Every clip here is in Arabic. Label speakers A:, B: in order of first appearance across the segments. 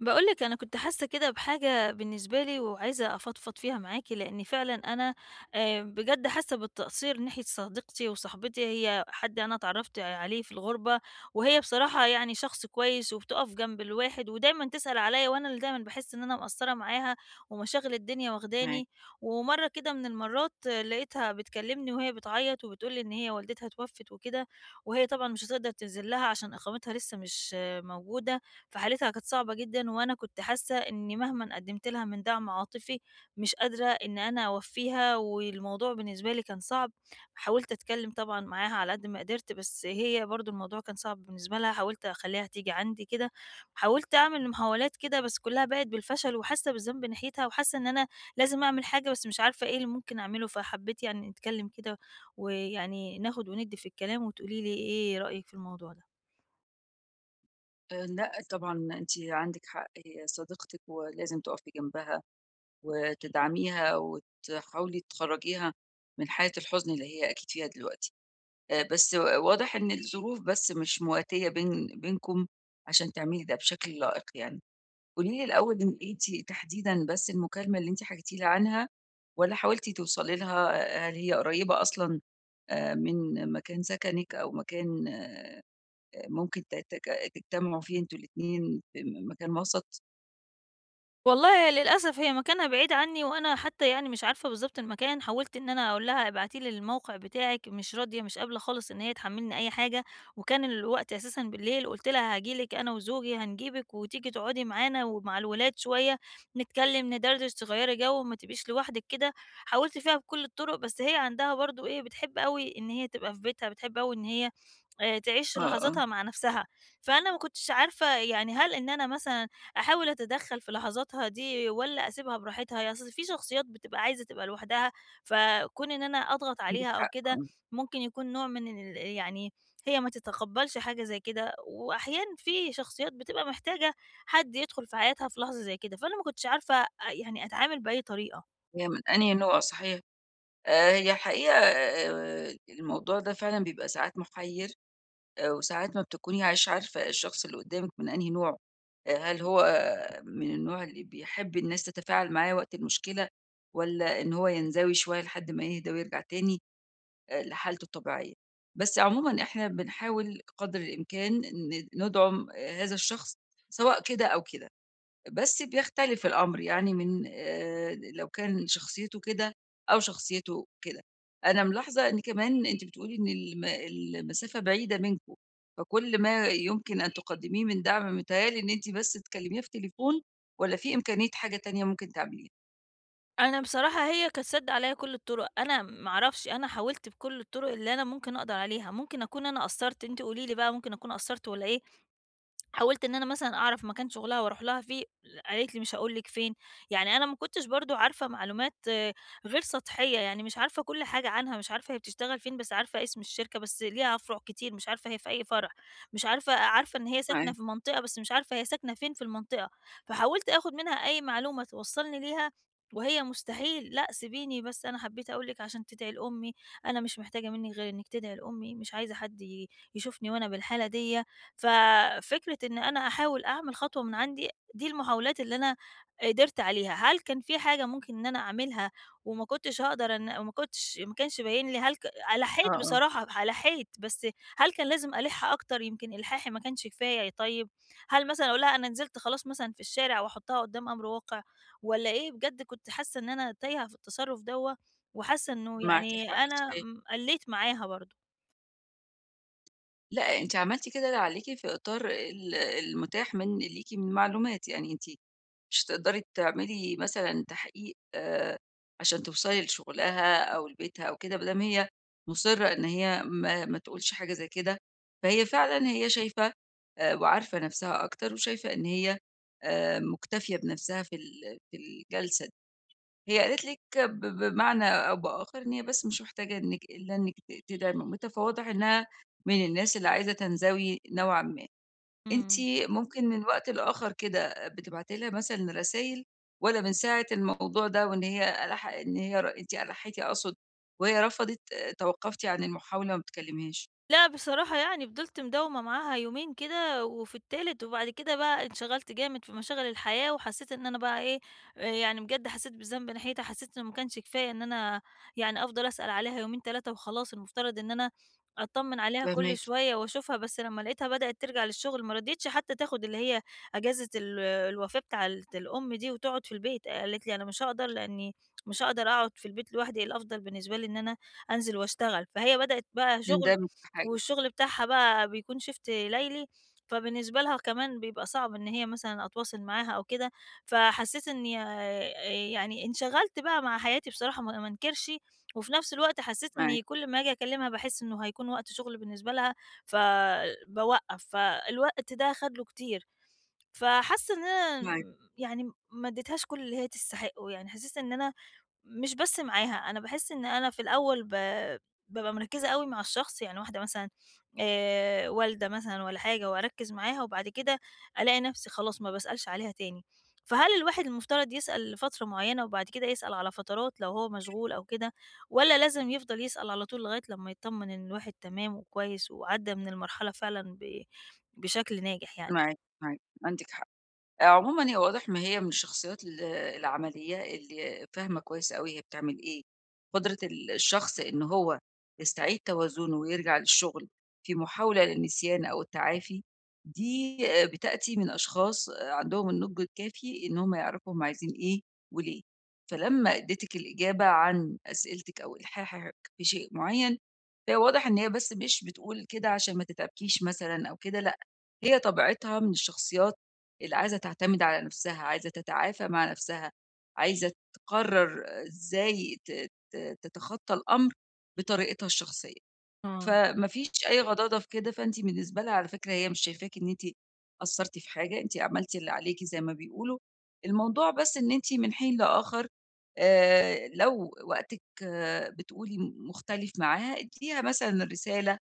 A: باقول لِك أنا كنت حاسة كده بحاجة بالنسبة لي وعايزة أفضفض فيها معاكِ، لإن فعلًا أنا بجد حاسة بالتقصير ناحية صديقتي وصاحبتي، هي حد أنا اتعرّفت عليه في الغُربة، وهي بصراحة يعني شخص كويس وبتُقف جنب الواحد ودايمًا تسأل عليّا، وأنا اللي دايمًا باحس إن أنا مقصّرة معاها ومشاغل الدنيا
B: معاكِ.
A: واخداني، ومرّة كده من المرّات لقيتها بتكلّمني وهي بتعيّط وبتقول لي إن هي والدتها اتوفّت وكده، وهي طبعًا مش هتقدر تنزل لها عشان إقامتها لسه مش موجودة. فحالتها كانت صعبة جدًا، وأنا كنت حاسة إني مهمًا قدّمت لها من دعم عاطفي مش قادرة إن أنا أوفّيها، والموضوع بالنسبة لي كان صعب، حاولت أتكلّم طبعًا معاها على قد ما قدرت، بس هي برضه الموضوع كان صعب بالنسبة لها، حاولت أخلّيها تيجي عندي كده، حاولت أعمل محاولات كده بس كلّها بَاءت بالفشل، وحاسة بالذنب ناحيتها، وحاسة إن أنا لازم أعمل حاجة بس مش عارفة إيه اللي ممكن أعمله، فحبّيت يعني نتكلّم كده، ويعني ناخد وندّي في الكلام، وتقولي لي إيه رأيِك في الموضوع ده.
B: لأ طبعًا أنتِ عندِك حق، هي صديقتِك ولازم تُقفي جنبها وتدعميها وتحاولي تخرّجيها من حالة الحزن اللي هي أكيد فيها دلوقتي. بس واضح إن الظروف بس مش مواتية بينكم عشان تعملي ده بشكل لائق يعني. قولي لي الأول إن أنتِ تحديدًا بس المكالمة اللي أنتِ حكيتِ لي عنها والّا حاولتِ توصلي لها، هل هي قريّبة أصلًا من مكان سكنِك أو مكان ممكن ت تج تجتمعوا فيه أنتم الاتنين في مكان وسط.
A: والله للأسف هي مكانها بعيد عني، وأنا حتى يعني مش عارفة بالضبط المكان، حاولت إن أنا أقول لها ابعتي لي الموقع بتاعِك، مش راضية، مش قابلة خالص إن هي تحمّلني أي حاجة، وكان الوقت أساسًا بالليل، قُلت لها هاجي لِك أنا وزوجي هنجيبِك وتيجي تقعدي معانا ومع الولاد شوية، نتكلم، ندردش، تغيّري جو، ما تبقيش لوحدِك كده، حاولت فيها بكل الطرق، بس هي عندها برضه إيه، بتحب أوي إن هي تبقى في بيتها، بتحب أوي إن هي تعيش
B: آه، آه،
A: لحظاتها مع نفسها، فأنا ما كنتش عارفة يعني هل إن أنا مثلًا أحاول أتدخّل في لحظاتها دي والّا أسيبها براحتها؟ هي أصل في شخصيات بتبقى عايزة تبقى لوحدها، فكون إن أنا أضغط
B: عندِك
A: عليها أو
B: حق
A: كده
B: آه.
A: ممكن يكون نوع من ال يعني هي ما تتقبّلش حاجة زي كده، وأحيان في شخصيات بتبقى محتاجة حد يدخُل في حياتها في لحظة زي كده، فأنا ما كنتش عارفة يعني أتعامل بأي طريقة.
B: هي من أنهي نوع صحيح؟ هي الحقيقة الموضوع ده فعلًا بيبقى ساعات محيّر وساعات ما بتكونيش عارفة الشخص اللي قدّامِك من أنهي نوع، هل هو من النوع اللي بيحب الناس تتفاعل معاه وقت المشكلة والّا إن هو ينزوي شوية لحد ما يهدى ويرجع تاني؟ لحالته الطبيعية. بس عمومًا إحنا بنحاول قدر الإمكان ندعم آه، هذا الشخص سواء كده أو كده، بس بيختلف الأمر يعني من لو كان شخصيته كده أو شخصيته كده. أنا ملاحظة إن كمان أنتِ بتقولي إن المسافة بعيدة منكم، فكل ما يمكن أن تقدميه من دعم متهيأ لي إن أنتِ بس تكلميها في تليفون والّا في إمكانية حاجة تانية ممكن تعمليها؟
A: أنا بصراحة هي كانت سادّة عليّا كل الطُرق، أنا ما أعرفش، أنا حاولت بكل الطُرق اللي أنا ممكن أقدر عليها، ممكن أكون أنا قصّرت، أنتِ قولي لي بقى ممكن أكون قصّرت والّا إيه، حاولت إن أنا مثلًا أعرف مكان شغلها وأروح لها فيه، قالت لي: "مش هاقول لِك فين." يعني أنا ما كنتش برضه عارفة معلومات غير سطحية، يعني مش عارفة كل حاجة عنها، مش عارفة هي بتشتغل فين، بس عارفة اسم الشركة، بس ليها فروع كتير، مش عارفة هي في أي فرع، مش عارفة إن هي ساكنة
B: معاك،
A: في منطقة، بس مش عارفة هي ساكنة فين في المنطقة. فحاولت آخد منها أي معلومة توصّلني ليها، وهي مستحيل، "لأ سيبيني بس أنا حبيت أقول لِك عشان تدعي لأمي، أنا مش محتاجة منِّك غير إنِّك تدعي لأمي، مش عايزة حد يشوفني وأنا بالحالة ديّة." ففكرة إن أنا أحاول أعمل خطوة من عندي، دي المحاولات اللي أنا قدرت عليها، هل كان في حاجة ممكن إن أنا أعملها وما كنتش ما كانش باين لي هل ك
B: آه،
A: لَحيت
B: آه.
A: بصراحة، لَحيت، بس هل كان لازم ألِح أكتر يمكن إلحاحي ما كانش كفاية طيب؟ هل مثلًا أقول لها أنا نزلت خلاص مثلًا في الشارع وأحطها قدّام أمر واقع والّا إيه؟ بجد كنت حاسة إن أنا تايهة في التصرُّف دوّة وحاسة إنه
B: معاكِ
A: يعني
B: حق.
A: أنا قلّيت معاها برضه.
B: لأ، أنتِ عملتِ كده اللي عليكِ في إطار المتاح من ليكِ من معلومات، يعني أنتِ مش هتقدري تعملي مثلًا تحقيق عشان توصلي لشغلها أو لبيتها أو كده، ما دام هي مُصرة إن هي ما تقولش حاجة زي كده، فهي فعلًا هي شايفة وعارفة نفسها أكتر وشايفة إن هي مُكتفية بنفسها في في الجلسة. هي قالت لِك بمعنى أو بآخر إن هي بس مش محتاجة إنِّك إلا إنِّك تدعمي مامتها، فواضح إنها من الناس اللي عايزة تنزوي نوعًا ما. أنتِ
A: إمم.
B: ممكن من وقت لآخر كده بتبعتي لها مثلًا رسايل والّا من ساعة الموضوع ده وإن هي ألح إن هي ر أنتِ ألحّيتِ أقصد وهي رفضت توقّفتِ عن المحاولة وما بتكلميهاش؟
A: لأ بصراحة يعني فضلت مداومة معاها يومين كده، وفي التالت وبعد كده بقى انشغلت جامد في مشاغل الحياة، وحسيت إن أنا بقى إيه، يعني بجد حسيت بالذنب ناحيتها، حسيت إنه ما كانش كفاية إن أنا يعني أفضل أسأل عليها يومين 3 وخلاص، المفترض إن أنا أطمن عليها كل
B: فاهماكِ،
A: شوية وأشوفها، بس لمّا لقيتها بدأت ترجع للشغل ما رضيتش حتى تاخد اللي هي أجازة الوفاة بتاعة الأم دي وتقعد في البيت، آه، قالت لي: "أنا مش هاقدر لإني مش هاقدر أقعد في البيت لوحدي، الأفضل بالنسبة لي إن أنا أنزل وأشتغل." فهي بدأت بقى شغل
B: تندمي في حاجة،
A: والشغل بتاعها بقى بيكون shift ليلي، فبالنسبة لها كمان بيبقى صعب إن هي مثلًا أتواصل معاها أو كده، فحسيت إني يعني انشغلت بقى مع حياتي بصراحة ما أنكرش، وفي نفس الوقت حسيت
B: معاكِ،
A: إني كل ما آجي أكلمها باحس إنه هيكون وقت شغل بالنسبة لها، فباوقّف، فالوقت ده خد له كتير، فحاسة إن أنا
B: معاكِ،
A: يعني ما اديتهاش كل اللي هي تستحقه، يعني حسيت إن أنا مش بس معاها، أنا باحس إن أنا في الأول بابقى مركّزة أوي مع الشخص، يعني واحدة مثلًا والدة مثلًا والّا حاجة وأركّز معاها وبعد كده ألاقي نَفْسي خلاص ما باسألش عليها تاني. فهل الواحد المفترض يسأل لفترة معيّنة وبعد كده يسأل على فترات لو هو مشغول أو كده، والّا لازم يفضل يسأل على طول لغاية لمّا يتطمن إن الواحد تمام وكويس وعدّى من المرحلة فعلًا بشكل ناجح يعني؟
B: معاكِ، معاكِ، عندِك حق. عمومًا هي واضح إن هي من الشخصيات العمليّة اللي فاهمة كويس أوي هي بتعمل إيه، قدرة الشخص إن هو يستعيد توازنه ويرجع للشغل في محاولة للنسيان أو التعافي، دي بتأتي من أشخاص آه، عندهم النضج الكافي إن هم يعرفوا هم عايزين إيه وليه، فلمّا اديتِك الإجابة عن أسئلتِك أو إلحاحِك في شيء معيّن، فهي واضح إن هي بس مش بتقول كده عشان ما تتعبكيش مثلًا أو كده لأ، هي طبيعتها من الشخصيات اللي عايزة تعتمد على نفسها، عايزة تتعافى مع نفسها، عايزة تقرّر إزاي ت ت تتخطّى الأمر بطريقتها الشخصية،
A: آه،
B: فما فيش أي غضاضة في كده، فأنتِ بالنسبة لها على فكرة هي مش شايفاكِ إن أنتِ قصّرتِ في حاجة، أنتِ عملتِ اللي عليكِ زي ما بيقولوا، الموضوع بس إن أنتِ من حين لآخر لو وقتِك آه، بتقولي مختلف معاها، ادّيها مثلًا رسالة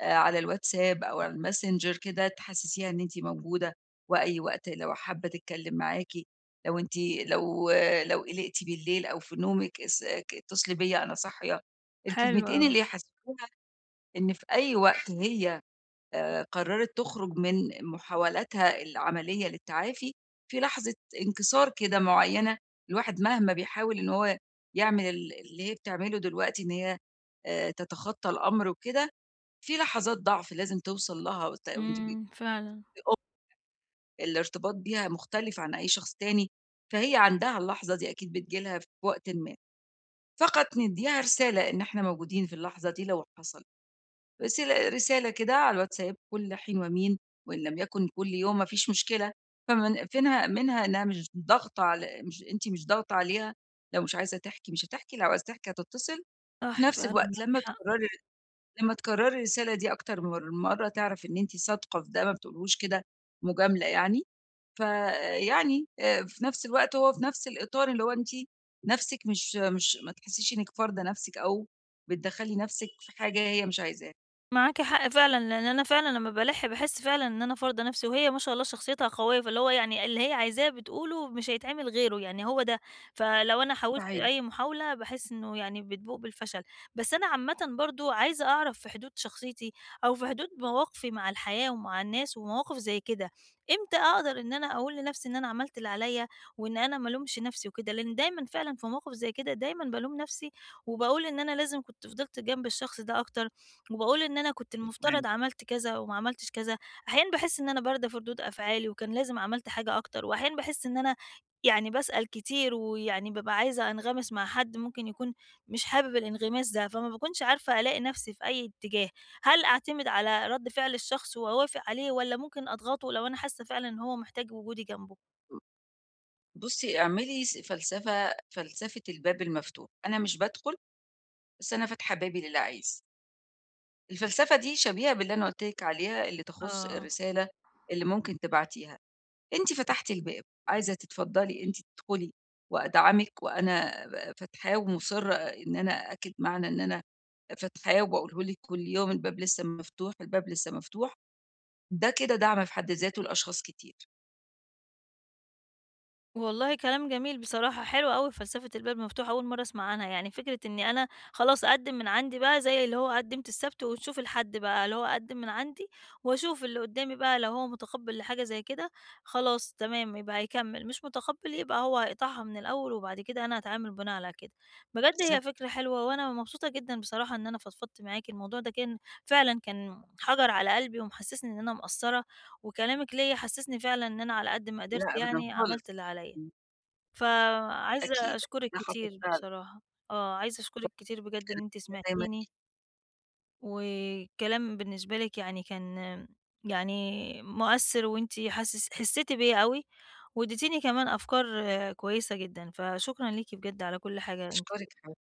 B: على الواتساب أو على الماسنجر كده تحسّسيها إن أنتِ موجودة، وأي وقت لو حابة تتكلّم معاكِ، لو أنتِ لو آه، لو قلقتِ بالليل أو في نومِك اس ك اتصلي بيّا أنا صاحية،
A: حلو
B: الكلمتين
A: أوي.
B: اللي يحسّسوها إن في أي وقت هي قرّرت تخرج من محاولاتها العملية للتعافي، في لحظة انكسار كده معيّنة، الواحد مهما بيحاول إن هو يعمل اللي هي بتعمله دلوقتي إن هي تتخطّى الأمر وكده، في لحظات ضعف لازم توصل لها وأنتِ
A: إمم، فعلًا،
B: الارتباط بيها مختلف عن أي شخص تاني، فهي عندها اللحظة دي أكيد بتيجي لها في وقتٍ ما، فقط ندّيها رسالة إن إحنا موجودين في اللحظة دي لو حصل، رسالة كده على الواتساب كل حين ومين، وإن لم يكن كل يوم ما فيش مشكلة، فمن فينها منها إنها مش أنتِ مش ضاغطة عليها، لو مش عايزة تحكي مش هتحكي، لو عايزة تحكي هتتصل، في
A: صح
B: نفس
A: فعلًا
B: الوقت
A: معاكِ حق.
B: لمّا تكرّري الرسالة دي أكتر من مرّة تعرف إن أنتِ صادقة في ده، ما بتقوليهوش كده مجاملة يعني. فيعني في نفس الوقت هو في نفس الإطار اللي هو أنتِ نَفْسِك مش ما تحسّيش إنِّك فارضة نَفْسِك أو بتدخّلي نَفْسِك في حاجة هي مش عايزاها.
A: معاكِ حق فعلًا، لإن أنا فعلًا لمّا بالاحّ باحس فعلًا إن أنا فارضة نفسي، وهي ما شاء الله شخصيتها قوية، فاللي هو يعني اللي هي عايزاه بتقوله مش هيتعمل غيره، يعني هو ده. فلو أنا حاولت
B: صحيح.
A: أي محاولة باحس إنه يعني بتبوء بالفشل. بس أنا عامةً برضه عايزة أعرف في حدود شخصيتي، أو في حدود مواقفي مع الحياة ومع الناس ومواقف زي كده، إمتى أقدر إن أنا أقول لنفسي إن أنا عملت اللي عليَّ، وإن أنا ما الومش نفسي وكده؟ لإن دايمًا فعلًا في مواقف زي كده دايمًا بالوم نفسي، وباقول إن أنا لازم كنت فضلت جنب الشخص ده أكتر، وباقول إن أنا كنت المفترض
B: معاكِ.
A: عملت كذا وما عملتش كذا، أحيانًا باحس إن أنا باردة في ردود أفعالي وكان لازم عملت حاجة أكتر، وأحيانًا باحس إن أنا يعني باسأل كتير ويعني بابقى عايزة أنغمس مع حد ممكن يكون مش حابب الانغماس ده، فما باكونش عارفة ألاقي نفسي في أي اتجاه، هل أعتمد على رد فعل الشخص وأوافق عليه والّا ممكن أضغطه لو أنا حاسة فعلًا إن هو محتاج وجودي جنبه؟
B: بُصّي، اعملي فلسفة الباب المفتوح، أنا مش بادخل، بس أنا فاتحة بابي للي عايز. الفلسفة دي شبيهة باللي أنا قُلت لِك عليها اللي تخُص
A: آه.
B: الرسالة اللي ممكن تبعتيها. أنتِ فتحتِ الباب، عايزة تتفضّلي أنتِ تدخلي وأدعمِك وأنا فاتحاه ومُصرّة إن أنا أأكد معنى إن أنا فاتحاه وباقوله لِك كل يوم الباب لسه مفتوح، الباب لسه مفتوح، ده كده دعم في حد ذاته لأشخاص كتير.
A: والله كلام جميل بصراحة، حلو أوي فلسفة الباب مفتوح أول مرّة أسمع عنها، يعني فكرة إني أنا خلاص أقدّم من عندي بقى زي اللي هو قدّمت السبت ونشوف الحد بقى، اللي هو أقدّم من عندي وأشوف اللي قدّامي بقى لو هو متقبّل لحاجة زي كده خلاص تمام يبقى هيكمّل، مش متقبّل يبقى هو هيقطعها من الأول وبعد كده أنا هاتعامل بناء على كده. بجد هي
B: بالضبط،
A: فكرة حلوة وأنا مبسوطة جدًا بصراحة إن أنا فضفضت معاكِ، الموضوع ده كان فعلًا كان حَجَر على قلبي ومحسّسني إن أنا مقصّرة وكلامِك ليّا حسّسني فعلًا إن أنا على قد ما قدرت
B: لأ أبدًا
A: يعني عملت
B: خالص،
A: اللي عليّا.
B: إمم،
A: فعايزة
B: أكيد،
A: أشكرِك
B: ده حصل
A: كتير
B: فعلًا،
A: بصراحة، آه، عايزة أشكرِك كتير بجد إن أنتِ
B: أنا دايمًا
A: سمعتيني، والكلام بالنسبة لِك يعني كان يعني مؤثّر وأنتِ حاسس حسّيتِ بيّا أوي، وادّيتيني كمان أفكار كويسة جدًا، فشكرًا ليكِ بجد على كل حاجة أنتِ
B: أشكرِك على